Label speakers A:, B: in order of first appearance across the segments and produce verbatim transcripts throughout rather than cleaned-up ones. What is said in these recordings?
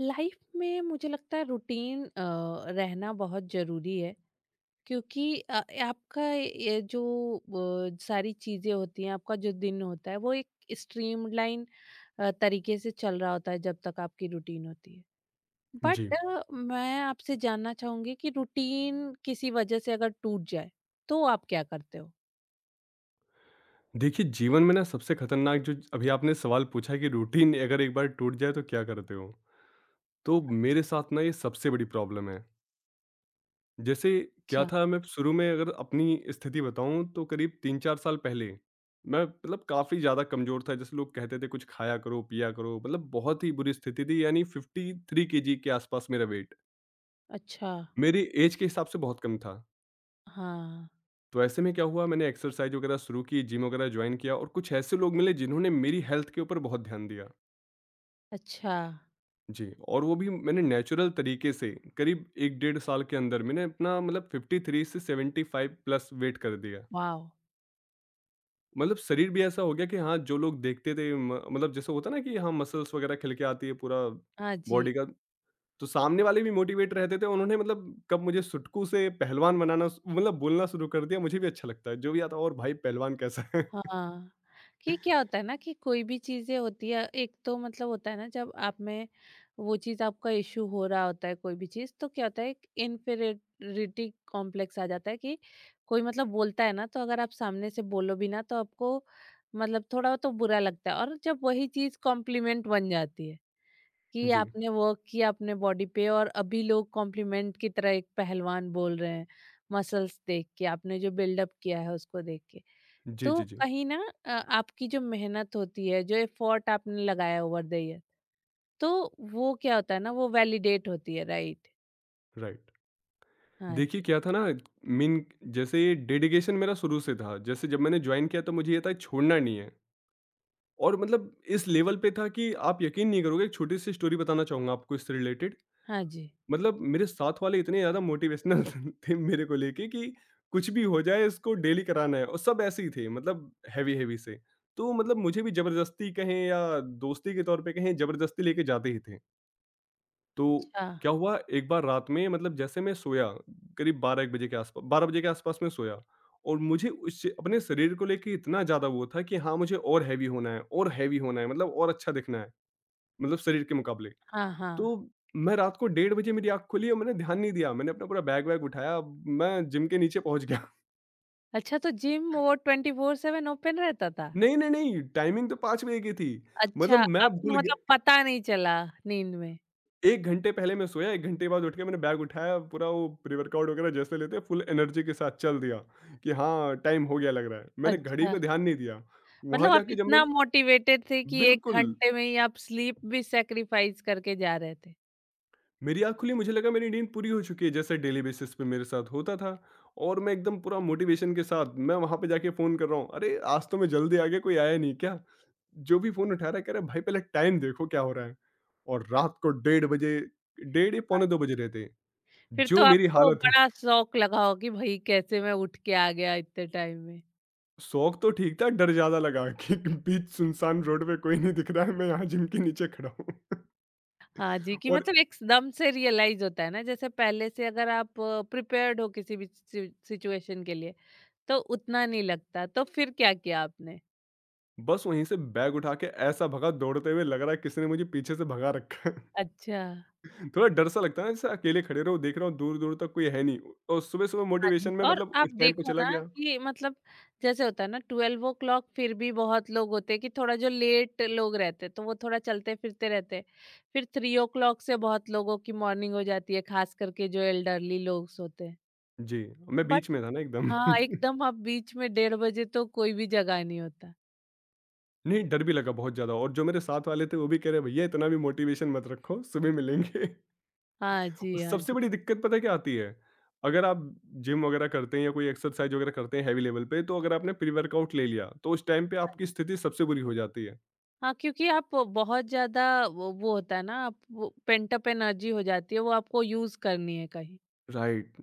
A: Life में मुझे लगता है रूटीन अ, रहना बहुत जरूरी है क्योंकि अ, आपका ये जो अ, सारी चीजें होती हैं। आपका जो दिन होता है वो एक स्ट्रीमलाइन तरीके से चल रहा होता है जब तक आपकी रूटीन होती है।
B: जी।
A: बट अ, मैं आपसे जानना चाहूंगी कि रूटीन किसी वजह से अगर टूट जाए तो आप क्या करते हो।
B: देखिए, जीवन में ना सबसे खतरनाक जो अभी आपने सवाल पूछा कि रूटीन अगर एक बार टूट जाए तो क्या करते हो? तो मेरे साथ ना ये सबसे बड़ी प्रॉब्लम है। जैसे क्या
A: अच्छा।
B: था मैं शुरू में अगर अपनी स्थिति बताऊँ तो करीब तीन चार साल पहले मैं मतलब काफ़ी ज़्यादा कमज़ोर था। जैसे लोग कहते थे कुछ खाया करो, पिया करो मतलब बहुत ही बुरी स्थिति थी यानी फ़िफ़्टी थ्री केजी के जी के आसपास मेरा वेट।
A: अच्छा।
B: मेरी ऐज के हिसाब से बहुत कम था।
A: हाँ।
B: तो ऐसे में क्या हुआ मैंने एक्सरसाइज़ वगैरह शुरू की, जिम वगैरह जॉइन किया और कुछ ऐसे लोग मिले जिन्होंने मेरी हेल्थ के ऊपर बहुत ध्यान दिया।
A: अच्छा।
B: जी, और वो भी मैंने नेचुरल तरीके से करीब 1 डेढ़ साल के अंदर मैंने अपना मतलब फ़िफ़्टी थ्री से सेवेंटी फ़ाइव प्लस वेट कर दिया।
A: वाह।
B: मतलब शरीर भी ऐसा हो गया कि हाँ, जो लोग देखते थे म मतलब जैसे होता है ना कि हाँ, मसल्स वगैरह खिल के आती है पूरा
A: हाँ जी।
B: बॉडी का, तो सामने वाले भी मोटिवेट रहते थे। उन्होंने मतलब कब मुझे सुटकू से पहलवान बनाना स मतलब बोलना शुरू कर दिया, मुझे भी अच्छा लगता है। जो भी आता है और भाई पहलवान कैसा है?
A: हाँ, कि क्या होता है ना कि कोई भी चीज़ें होती है। एक तो मतलब होता है ना जब आप में वो चीज़ आपका इश्यू हो रहा होता है कोई भी चीज़, तो क्या होता है एक इन्फीरियरिटी कॉम्प्लेक्स आ जाता है कि कोई मतलब बोलता है ना, तो अगर आप सामने से बोलो भी ना तो आपको मतलब थोड़ा तो बुरा लगता है। और जब वही चीज़ कॉम्प्लीमेंट बन जाती है कि
B: जी।
A: आपने वर्क किया अपने बॉडी पे, और अभी लोग कॉम्प्लीमेंट की तरह एक पहलवान बोल रहे हैं, मसल्स देख के, आपने जो बिल्डअप किया है उसको देख के,
B: जी,
A: तो
B: जी, जी।
A: कहीं ना अ, आपकी जो मेहनत होती है, जो एफर्ट आपने लगाया ओवर द ईयर, तो वो क्या होता है ना वो वैलिडेट होती है, राइट।
B: राइट।
A: हाँ
B: देखिए
A: जी।
B: क्या था ना मेन जैसे ये डेडिकेशन मेरा शुरू से था। जैसे जब मैंने ज्वाइन किया तो मुझे ये था छोड़ना नहीं है और मतलब इस लेवल पे था कि आप यकीन नहीं करोगे एक छोटी सी स्टोरी बताना चाहूंगा आपको इससे रिलेटेड।
A: हाँ जी।
B: मतलब मेरे साथ वाले इतने ज़्यादा मोटिवेशनल थे मेरे को लेके कि कुछ भी हो जाए इसको डेली कराना है और सब ऐसे ही थे मतलब हैवी हैवी से। तो मतलब मुझे भी जबरदस्ती कहें या दोस्ती के तौर पे कहें जबरदस्ती लेके जाते ही थे। तो
A: अच्छा।
B: क्या हुआ एक बार रात में मतलब जैसे मैं सोया करीब 12 एक बजे के आसपास बारह बजे के आसपास मैं सोया। और मुझे उससे अपने शरीर को लेके इतना ज़्यादा वो था कि हाँ मुझे और हैवी होना है और हैवी होना है मतलब और अच्छा दिखना है मतलब शरीर के मुकाबले।
A: हाँ हाँ।
B: तो मैं रात को डेढ़ बजे मेरी आँख खुली और मैंने ध्यान नहीं दिया मैंने अपना पूरा बैग वैग उठाया मैं जिम के नीचे पहुंच गया।
A: अच्छा, तो जिम वो ट्वेंटी फोर सेवन ओपन रहता था?
B: नहीं नहीं नहीं टाइमिंग तो पाँच बजे की थी
A: अच्छा।
B: मतलब मैं भूल
A: आपको
B: गया।
A: मतलब पता नहीं चला, नींद में?
B: एक घंटे पहले मैं सोया, एक घंटे के बाद उठ के मैंने बैग उठाया, पूरा वो प्री-वर्कआउट वगैरह जैसे लेते हैं, फुल एनर्जी के साथ चल दिया कि हाँ, टाइम हो गया लग रहा है। मैंने घड़ी
A: अच्छा।
B: पे ध्यान नहीं दिया। वहाँ
A: मतलब आप
B: जाके जब मैं
A: इतना मोटिवेटेड थे कि एक
B: बिल्कुल।
A: घंटे में ही आप स्लीप भी सेक्रीफाइस करके जा रहे थे।
B: मेरी आँख खुली, मुझे लगा मेरी नींद पूरी हो चुकी है, जैसे डेली बेसिस पे मेरे साथ होता था और मैं एकदम पूरा मोटिवेशन के साथ, मैं वहाँ पे जाके फ़ोन कर रहा हूँ, "अरे! आज तो मैं जल्दी आ गया, कोई आया नहीं क्या?" जो भी फ़ोन उठा रहा है, कह रहा है, "भाई, पहले टाइम देखो क्या हो रहा है?" और रात को डेढ़ बजे, डेढ़ या
A: हाँ
B: पौने दो
A: जी।
B: बज रहे थे,
A: फिर तो
B: जो मेरी
A: आपको
B: हालत हुई।
A: बड़ा शौक लगा हो कि भाई कैसे मैं उठ के आ गया इतने टाइम में।
B: शौक तो ठीक था, डर ज़्यादा लगा कि बीच सुनसान रोड पे कोई नहीं दिख रहा है, मैं यहाँ जिम के नीचे खड़ा हूँ।
A: हाँ जी, कि
B: और
A: मतलब एकदम से रियलाइज होता है ना जैसे पहले से अगर आप प्रिपेयर्ड हो किसी भी सि- सिचुएशन के लिए, तो उतना नहीं लगता। तो फिर क्या किया आपने?
B: बस वहीं से बैग उठा के ऐसा भगा दौड़ते हुए लग रहा है किसी ने मुझे पीछे से भगा रखा है।
A: अच्छा।
B: थोड़ा डर सा लगता है ना जैसे अकेले खड़े रहो, देख रहा हूँ दूर-दूर तक कोई है नहीं और सुबह-सुबह
A: हाँ जी।
B: मोटिवेशन में
A: और
B: मतलब
A: आप
B: उस टाइम पे
A: देखो
B: चला
A: ना
B: गया।
A: कि मतलब जैसे होता है ना ट्वेल्व ओ क्लॉक फिर भी बहुत लोग होते हैं कि थोड़ा जो लेट लोग रहते हैं, तो वो थोड़ा चलते फिरते रहते हैं। फिर थ्री ओ क्लॉक से बहुत लोगों की मॉर्निंग हो जाती है, खास करके जो एल्डरली लोग होते हैं।
B: जी, मैं
A: बट
B: बीच में था ना एकदम।
A: हाँ, एकदम आप बीच में, डेढ़ बजे तो कोई भी जगह नहीं होता।
B: नहीं, डर भी लगा बहुत ज़्यादा और जो मेरे साथ वाले थे वो भी कह रहे भैया इतना भी मोटिवेशन मत रखो, सुबह मिलेंगे।
A: हाँ
B: और
A: जी, हाँ
B: सबसे
A: जी,
B: बड़ी दिक्कत पता है क्या आती है? अगर आप जिम वगैरह करते हैं या कोई एक्सरसाइज़ वगैरह करते हैं हैवी लेवल पे, तो अगर आपने प्री-वर्कआउट ले लिया, तो उस टाइम पे
A: हाँ
B: आपकी
A: जी।
B: स्थिति सबसे बुरी हो जाती है।
A: हाँ, क्योंकि आप बहुत ज़्यादा वो वो होता है ना, आप वो पेंटअप एनर्जी हो जाती है, वो आपको यूज़ करनी है कहीं।
B: राइट।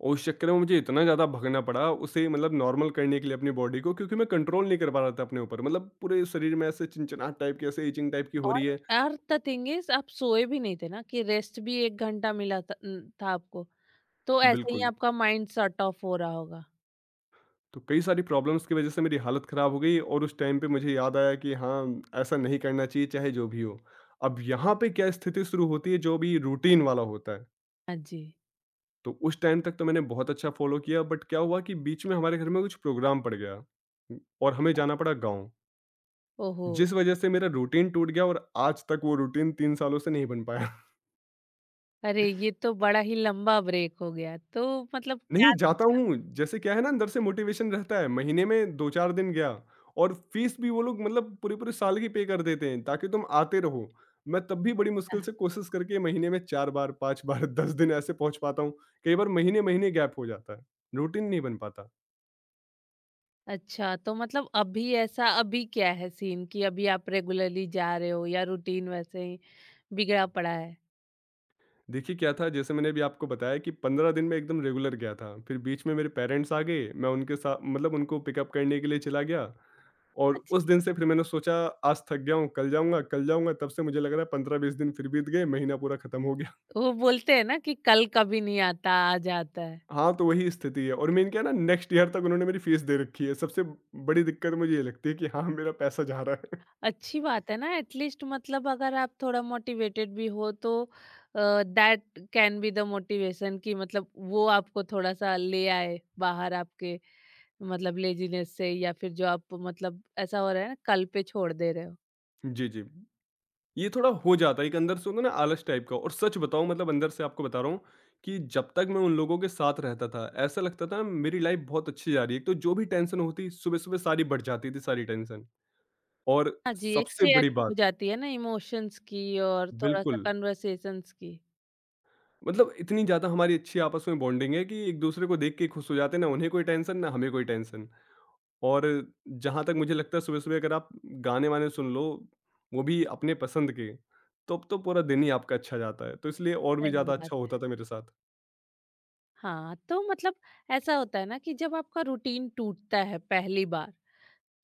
B: और उस चक्कर में मुझे इतना ज़्यादा भगना पड़ा, उसे मतलब नॉर्मल करने के लिए अपनी बॉडी को क्योंकि मैं कंट्रोल नहीं कर पा रहा था अपने ऊपर। मतलब पूरे शरीर में ऐसे चिनचिनाहट टाइप की, ऐसे इचिंग टाइप की हो
A: और
B: रही है।
A: और द थिंग इज़ आप सोए भी नहीं थे ना कि रेस्ट भी एक घंटा मिला था, उम, था आपको, तो ऐसे ही
B: बिल्कुल।
A: आपका माइंड शट ऑफ हो रहा होगा।
B: तो कई सारी प्रॉब्लम्स की वजह से मेरी हालत ख़राब हो गई और उस टाइम पे मुझे याद आया कि हाँ, ऐसा नहीं करना चाहिए चाहे जो भी हो। अब यहाँ पे क्या स्थिति शुरू होती है जो भी रूटीन वाला होता है,
A: हाँ जी।
B: तो उस टाइम तक तो मैंने बहुत अच्छा फ़ॉलो किया बट क्या हुआ कि बीच में हमारे घर में कुछ प्रोग्राम पड़ गया और हमें जाना पड़ा गाँव।
A: ओहो!
B: जिस वजह से मेरा रूटीन टूट गया और आज तक वो रूटीन तीन सालों से नहीं बन पाया।
A: अरे, ये तो बड़ा ही लंबा ब्रेक हो गया, तो मतलब
B: नहीं,
A: क्या
B: जाता
A: सोचा
B: हूँ,
A: आपने?
B: जैसे क्या है ना अंदर से मोटिवेशन रहता है, महीने में दो चार दिन गया और फीस भी वो लोग मतलब पूरे-पूरे साल की पे कर देते हैं ताकि तुम आते रहो। मैं तब भी बड़ी
A: अच्छा।
B: मुश्किल से कोशिश करके महीने में चार बार, पाँच बार, दस दिन ऐसे पहुँच पाता हूँ। कई बार महीने-महीने गैप हो जाता है, रूटीन नहीं बन पाता।
A: अच्छा, तो मतलब अभी ऐसा अभी क्या है सीन कि अभी आप रेगुलरली जा रहे हो या रूटीन वैसे ही बिगड़ा पड़ा है?
B: देखिए क्या था जैसे मैंने अभी आपको बताया कि पंद्रह दिन मैं एकदम रेगुलर गया था, फिर बीच में मेरे पेरेंट्स आ गए, मैं उनके साथ मतलब उनको पिकअप करने के लिए चला गया। और
A: हाँ जी।
B: उस दिन से फिर मैंने सोचा आज थक गया हूँ, कल जाऊँगा कल जाऊँगा, तब से मुझे लग रहा है पंद्रह बीस दिन फिर बीत गए, महीना पूरा खत्म हो गया।
A: वो बोलते हैं ना कि कल कभी नहीं आता, आज आता है।
B: हाँ, तो वही स्थिति है और मेन क्या है ना नेक्स्ट ईयर तक उन्होंने मेरी फीस दे रखी है, सबसे बड़ी दिक्कत मुझे ये लगती है कि हाँ, मेरा पैसा जा रहा है।
A: अच्छी बात है ना, एटलीस्ट मतलब अगर आप थोड़ा मोटिवेटेड भी हो तो that can be the motivation, कि मतलब वो आपको थोड़ा-सा ले आए बाहर आपके मतलब लेज़ीनेस से, या फिर जो आप मतलब ऐसा हो रहा है ना कल पे छोड़ दे रहे हो।
B: जी, जी। ये थोड़ा हो जाता है, एक अंदर से होता है ना आलस टाइप का और सच बताऊँ मतलब अंदर से आपको बता रहा हूँ कि जब तक मैं उन लोगों के साथ रहता था, ऐसा लगता था मेरी लाइफ बहुत अच्छी जा रही है। एक तो जो भी टेंशन होती, सुबह-सुबह सारी बढ़ जाती थी सारी टेंशन और
A: हाँ जी, एक
B: सबसे बड़ी
A: शेयरिंग हो
B: बात।
A: जाती है ना इमोशंस की और थोड़ा-सा
B: बिल्कुल।
A: कन्वर्सेशंस की।
B: मतलब इतनी ज़्यादा हमारी अच्छी आपस में बॉन्डिंग है कि एक दूसरे को देख के खुश हो जाते हैं ना, उन्हें कोई टेंशन ना हमें कोई टेंशन। और जहाँ तक मुझे लगता है सुबह सुबह अगर आप गाने वाने सुन लो वो भी अपने पसंद के तो अब तो पूरा दिन ही आपका अच्छा जाता है तो इसलिए और भी
A: सही
B: ज़्यादा
A: बात।
B: अच्छा होता था मेरे साथ।
A: हाँ, तो मतलब ऐसा होता है ना कि जब आपका रूटीन टूटता है पहली बार,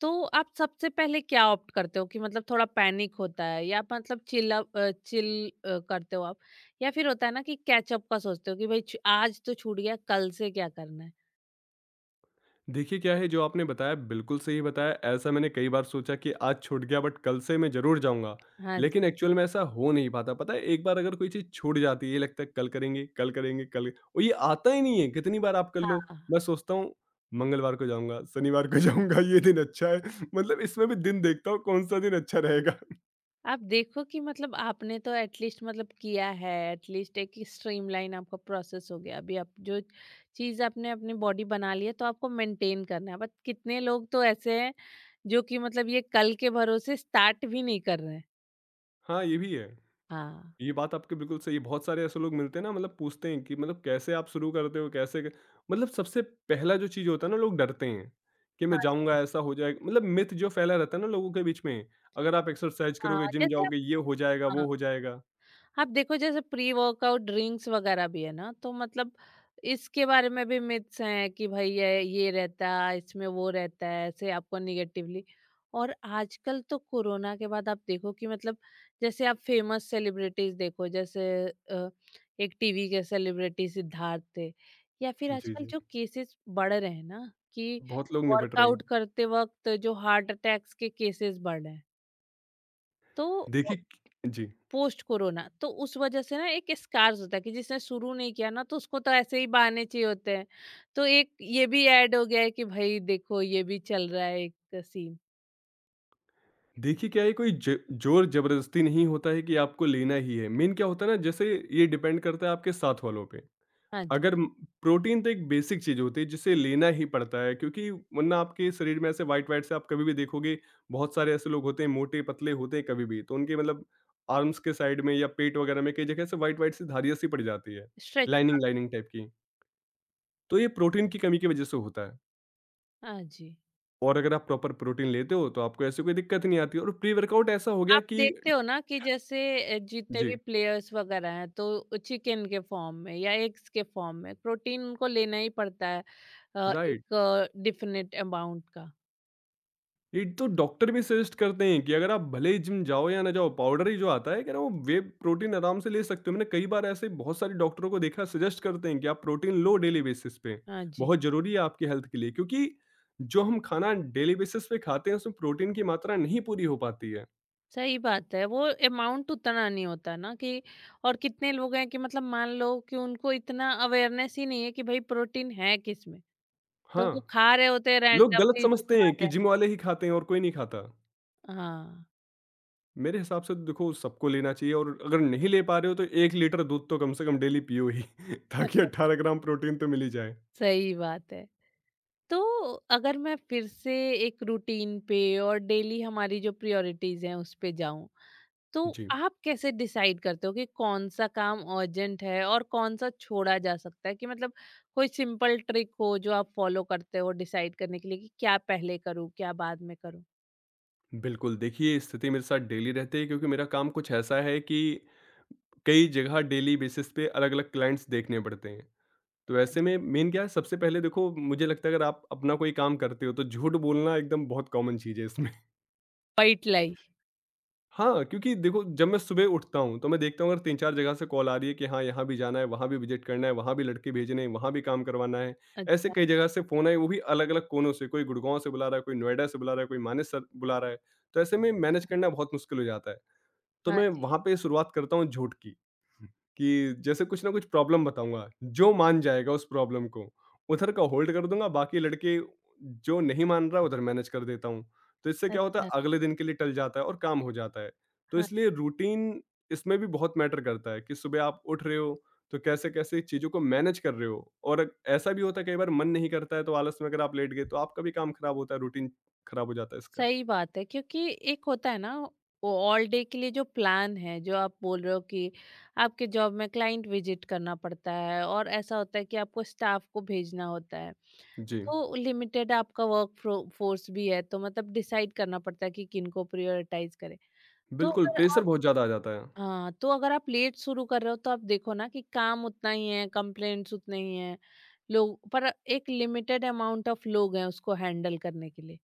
A: तो आप सबसे पहले क्या ऑप्ट करते हो? कि मतलब थोड़ा पैनिक होता है, या आप मतलब chill up uh, chill uh, करते हो आप? या फिर होता है ना कि कैच अप का सोचते हो कि भई छ आज तो छूट गया, कल से क्या करना है?
B: देखिए क्या है जो आपने बताया बिल्कुल सही बताया। ऐसा मैंने कई बार सोचा कि आज छूट गया बट कल से मैं जरूर जाऊंगा
A: हाँ
B: लेकिन
A: जी।
B: एक्चुअल में ऐसा हो नहीं पाता। पता है एक बार अगर कोई चीज छूट जाती है ये लगता है कल करेंगे कल करेंगे कल और ये आता ही नहीं है कितनी बार आप कर लो।
A: हाँ,
B: मैं सोचता हूँ मंगलवार को जाऊंगा शनिवार को जाऊंगा ये दिन अच्छा है मतलब इसमें भी दिन देखता हूँ कौन सा दिन अच्छा रहेगा।
A: आप देखो कि मतलब आपने तो एट लीस्ट मतलब किया है, एट लीस्ट एक स्ट्रीमलाइन आपका प्रोसेस हो गया। अभी आप जो चीज़ आपने अपनी बॉडी बना ली है, तो आपको मेंटेन करना है। बट कितने लोग तो ऐसे हैं जो कि मतलब ये कल के भरोसे स्टार्ट भी नहीं कर रहे हैं।
B: हाँ ये भी है
A: हाँ।
B: ये बात आपकी बिल्कुल सही है। बहुत सारे ऐसे लोग मिलते हैं ना मतलब पूछते हैं कि मतलब कैसे आप शुरू करते हो कैसे क- मतलब सबसे पहला जो चीज़ होता है ना लोग डरते हैं कि मैं
A: हाँ जी।
B: जाऊंगा ऐसा हो जाएगा मतलब मिथ जो फैला रहता है ना लोगों के बीच में। अगर आप एक्सरसाइज
A: हाँ,
B: करोगे जिम
A: जैसे आप,
B: जाओगे ये हो जाएगा
A: हाँ।
B: वो हो जाएगा।
A: आप देखो जैसे प्री वर्कआउट ड्रिंक्स वगैरह भी है ना, तो मतलब इसके बारे में भी मिथ्स हैं कि भाई ये ये रहता है, इसमें वो रहता है, ऐसे आपको निगेटिवली। और आजकल तो कोरोना के बाद आप देखो कि मतलब जैसे आप फेमस सेलिब्रिटीज देखो, जैसे अ, एक टीवी के सेलिब्रिटी सिद्धार्थ थे, या फिर
B: जी
A: आजकल
B: जी
A: जो केसेस बढ़ रहे हैं ना कि
B: बहुत लोग निपट रहे हैं।
A: वर्कआउट करते वक्त जो हार्ट अटैक्स के केसेस बढ़ रहे हैं, तो
B: देखिए क- जी
A: पोस्ट कोरोना तो उस वजह से ना एक स्कार्स होता है कि जिसने शुरू नहीं किया ना, तो उसको तो ऐसे ही बहाने चाहिए होते हैं। तो एक ये भी ऐड हो गया है कि भाई देखो ये भी चल रहा है एक सीन।
B: देखिए क्या है कोई ज- जोर जबरदस्ती नहीं होता है कि आपको लेना ही है। मेन क्या होता है ना जैसे ये डिपेंड करता है आपके साथ वालों पे।
A: हाँ जी।
B: अगर म प्रोटीन तो एक बेसिक चीज़ होती है जिसे लेना ही पड़ता है क्योंकि वरना आपके शरीर में ऐसे व्हाइट-व्हाइट से आप कभी भी देखोगे, बहुत सारे ऐसे लोग होते हैं मोटे-पतले होते हैं कभी भी, तो उनके मतलब आर्म्स के साइड में या पेट वगैरह में कई जगह से व्हाइट-व्हाइट सी धारियाँ सी पड़ जाती है,
A: स्ट्रेच।
B: लाइनिंग-लाइनिंग टाइप की। तो ये प्रोटीन की कमी की वजह से होता है
A: हाँ जी।
B: और अगर आप प्रॉपर प्रोटीन लेते हो तो आपको ऐसी कोई दिक्कत नहीं आती। और प्री-वर्कआउट ऐसा हो गया
A: आप
B: कि
A: देखते हो ना कि जैसे अ, जितने
B: जी,
A: भी प्लेयर्स वगैरह हैं, तो चिकन के फॉर्म में या एग्स के फॉर्म में प्रोटीन उनको लेना ही पड़ता है, अ,
B: राइट।
A: एक डिफिनिट अमाउंट का।
B: ये तो डॉक्टर भी सजेस्ट करते हैं कि अगर आप भले ही जिम जाओ या ना जाओ पाउडर ही जो आता है क्या ना वो वे प्रोटीन आराम से ले सकते हो। मैंने कई बार ऐसे बहुत सारे डॉक्टरों को देखा सजेस्ट करते हैं कि आप प्रोटीन लो डेली बेसिस पे।
A: हाँ जी।
B: बहुत जरूरी है आपकी हेल्थ के लिए क्योंकि जो हम खाना डेली बेसिस पे खाते हैं उसमें प्रोटीन की मात्रा नहीं पूरी हो पाती है।
A: सही बात है। वो अमाउंट उतना नहीं होता ना कि, और कितने लोग हैं कि मतलब मान लो कि उनको इतना अवेयरनेस ही नहीं है कि भाई प्रोटीन है किसमें, तो
B: हाँ
A: वो खा रहे होते हैं
B: लोग गलत
A: रैंडमली जो
B: समझते
A: खा
B: हैं कि
A: रहे
B: जिम वाले ही खाते हैं और कोई नहीं खाता।
A: हैं। हाँ,
B: मेरे हिसाब से तो देखो सबको लेना चाहिए और अगर नहीं ले पा रहे हो तो एक लीटर दूध तो कम से कम डेली पियो ही ताकि अठारह ग्राम प्रोटीन तो मिल ही जाए।
A: सही बात है। तो अगर मैं फिर से एक रूटीन पे और डेली हमारी जो प्रायोरिटीज़ हैं उस पे जाऊँ, तो
B: जी
A: आप कैसे डिसाइड करते हो कि कौन सा काम अर्जेंट है और कौन सा छोड़ा जा सकता है? कि मतलब कोई सिंपल ट्रिक हो जो आप फॉलो करते हो डिसाइड करने के लिए कि क्या पहले करूँ क्या बाद में करूँ।
B: बिल्कुल, देखिए ये स्थिति मेरे साथ डेली रहती है क्योंकि मेरा काम कुछ ऐसा है कि कई जगह डेली बेसिस पे अलग-अलग क्लाइंट्स देखने पड़ते हैं। तो ऐसे में मेन क्या है, सबसे पहले देखो मुझे लगता है अगर आप अपना कोई काम करते हो तो झूठ बोलना एकदम बहुत कॉमन चीज़ है इसमें।
A: White lie.
B: हाँ, क्योंकि देखो जब मैं सुबह उठता हूँ तो मैं देखता हूँ अगर तीन चार जगह से कॉल आ रही है कि हाँ, यहाँ भी जाना है, वहाँ भी विज़िट करना है, वहाँ भी लड़के भेजने हैं, वहाँ भी काम करवाना है। ऐसे
A: अच्छा।
B: कई जगह से फ़ोन आए वो भी अलग-अलग कोनों से, कोई गुड़गाँव से बुला रहा है, कोई नोएडा से बुला रहा है, कोई मानेसर बुला रहा है। तो ऐसे में मैनेज करना बहुत मुश्किल हो जाता है। तो
A: हाँ
B: मैं
A: जी।
B: वहाँ पे शुरुआत करता हूँ झूठ की, कि जैसे कुछ ना कुछ प्रॉब्लम बताऊँगा, जो मान जाएगा उस प्रॉब्लम को, उधर का होल्ड कर दूँगा, बाकी लड़के जो नहीं मान रहा उधर मैनेज कर देता हूँ। तो इससे क्या होता
A: अच्छा।
B: है, अगले दिन के लिए टल जाता है और काम हो जाता है। तो
A: हाँ।
B: इसलिए रूटीन इसमें भी बहुत मैटर करता है कि सुबह आप उठ रहे हो, तो कैसे-कैसे चीज़ों को मैनेज कर रहे हो। और ऐसा भी होता है कई बार मन नहीं करता है तो आलस में अगर आप लेट गए तो आपका भी काम खराब होता है, रूटीन खराब हो जाता है इसका।
A: सही बात है, क्योंकि एक होता है ना वो ऑल डे के लिए जो प्लान है, जो आप बोल रहे हो कि आपके जॉब में क्लाइंट विजिट करना पड़ता है और ऐसा होता है कि आपको स्टाफ को भेजना होता है,
B: जी,
A: तो लिमिटेड आपका वर्क फोर्स भी है, तो मतलब डिसाइड करना पड़ता है कि किनको प्रायोरिटाइज करें। तो
B: बिल्कुल
A: अगर
B: प्रेशर
A: आप,
B: बहुत ज़्यादा आ जाता है।
A: हाँ, तो अगर आप लेट शुरू कर रहे हो, तो आप देखो ना कि काम उतना ही है, कंप्लेंट्स उतने ही हैं, लोग पर एक लिमिटेड अमाउंट ऑफ लोग हैं उसको हैंडल करने के लिए,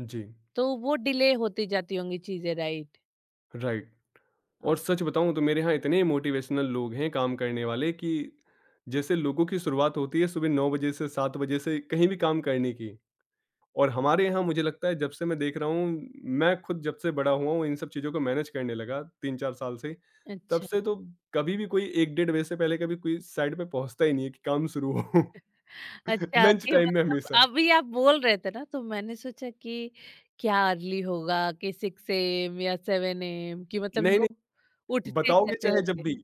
B: जी।
A: तो वो डिले होती जाती होंगी चीजें, राइट।
B: राइट। और सच बताऊँ तो मेरे यहाँ इतने मोटिवेशनल लोग हैं काम करने वाले कि जैसे लोगों की शुरुआत होती है सुबह नौ बजे से सात बजे से कहीं भी काम करने की। और हमारे यहाँ मुझे लगता है जब से मैं देख रहा हूँ, मैं खुद जब से बड़ा हुआ हूँ, इन सब चीज़ों को मैनेज करने लगा तीन चार साल से, तब
A: अच्छा।
B: से तो कभी भी कोई एक डेढ़ बजे से पहले कभी कोई साइड पे पहुंचता ही नहीं है कि काम शुरू हो।
A: अच्छा,
B: लंच
A: कि
B: टाइम में
A: मतलब
B: हमेशा।
A: अभी आप बोल रहे थे ना, तो मैंने सोचा कि क्या अर्ली होगा कि 6 एएम या 7 एएम, कि मतलब
B: नहीं
A: लोग
B: नहीं,
A: उठते
B: बताओगे
A: कैसे
B: चाहे जब
A: होंगे?
B: भी।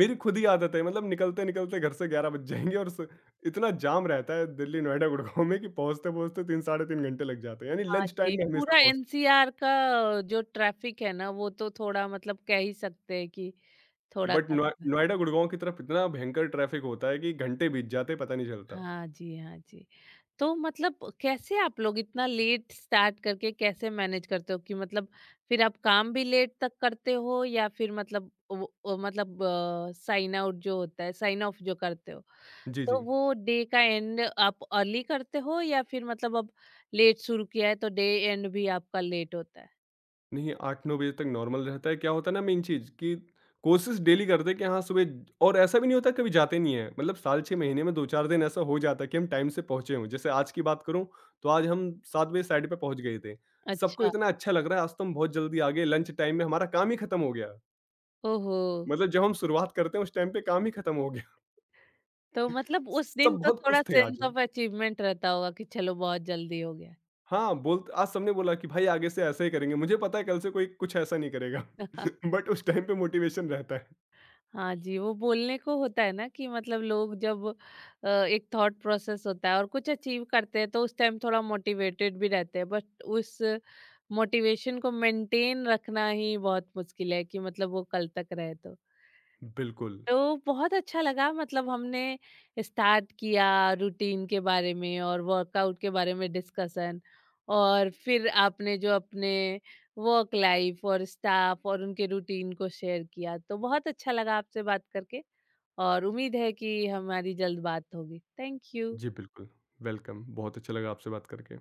B: मेरी खुद ही आदत है, मतलब निकलते-निकलते घर से ग्यारह बज जाएँगे। और स इतना जाम रहता है दिल्ली नोएडा गुड़गाँव में कि पहुँचते-पहुँचते तीन साढ़े तीन घंटे लग जाते हैं। यानी
A: हाँ
B: लंच टाइम
A: जी,
B: में हमेशा
A: पूरा
B: पहुँचते।
A: एनसीआर का जो ट्रैफिक है ना, वो तो थोड़ा मतलब कह ही सकते हैं कि थोड़ा
B: बट नोए
A: खराब है।
B: नोएडा गुड़गाँव की तरफ इतना भयंकर ट्रैफ़िक होता है कि घंटे बीत जाते हैं, पता नहीं चलता।
A: हाँ जी, हाँ जी। तो मतलब कैसे आप लोग इतना लेट स्टार्ट करके कैसे मैनेज करते हो, कि मतलब फिर आप काम भी लेट तक करते हो, या फिर मतलब वो- वो मतलब साइन आउट जो होता है, साइन ऑफ जो करते हो,
B: जी,
A: तो
B: जी।
A: वो डे का एंड आप अर्ली करते हो, या फिर मतलब अब लेट शुरू किया है तो डे एंड भी आपका लेट होता है?
B: नहीं, आठ नौ बजे तक नॉर्मल रहता है। क्या होता है ना, मेन चीज़ कि कोशिश डेली करते हैं कि हाँ, सुबह। और ऐसा भी नहीं होता कभी जाते नहीं हैं। मतलब साल छह महीने में दो चार दिन ऐसा हो जाता है कि हम टाइम से पहुँचे हों। जैसे आज की बात करूँ तो आज हम सात बजे साइट पे पहुँच गए थे। सबको
A: अच्छा।
B: इतना अच्छा लग रहा है आज तो हम बहुत जल्दी आ गए, लंच टाइम में हमारा काम ही खत्म हो गया।
A: ओहो।
B: मतलब जब हम शुरुआत करते हैं उस टाइम पे काम ही खत्म हो गया।
A: तो मतलब उस दिन
B: सब
A: तो
B: बहुत
A: थोड़ा
B: खुश थे आज।
A: सेंस ऑफ अचीवमेंट रहता होगा कि चलो बहुत जल्दी हो गया।
B: हाँ, बोल आज सबने बोला कि भाई आगे से ऐसा ही करेंगे। मुझे पता है कल से कोई कुछ ऐसा नहीं करेगा। बट उस टाइम पे मोटिवेशन रहता है।
A: हाँ जी, वो बोलने को होता है ना कि मतलब लोग जब अ, एक थॉट प्रोसेस होता है और कुछ अचीव करते हैं, तो उस टाइम थोड़ा मोटिवेटेड भी रहते हैं, बट उस मोटिवेशन को मेंटेन रखना ही बहुत मुश्किल है कि मतलब वो कल तक रहे तो।
B: बिल्कुल।
A: तो बहुत अच्छा लगा, मतलब हमने स्टार्ट किया रूटीन के बारे में और वर्कआउट के बारे में डिस्कशन, और फिर आपने जो अपने वर्क लाइफ और स्टाफ और उनके रूटीन को शेयर किया, तो बहुत अच्छा लगा आपसे बात करके और उम्मीद है कि हमारी जल्द बात होगी। Thank you.
B: जी, बिल्कुल। वेलकम। बहुत अच्छा लगा आपसे बात करके।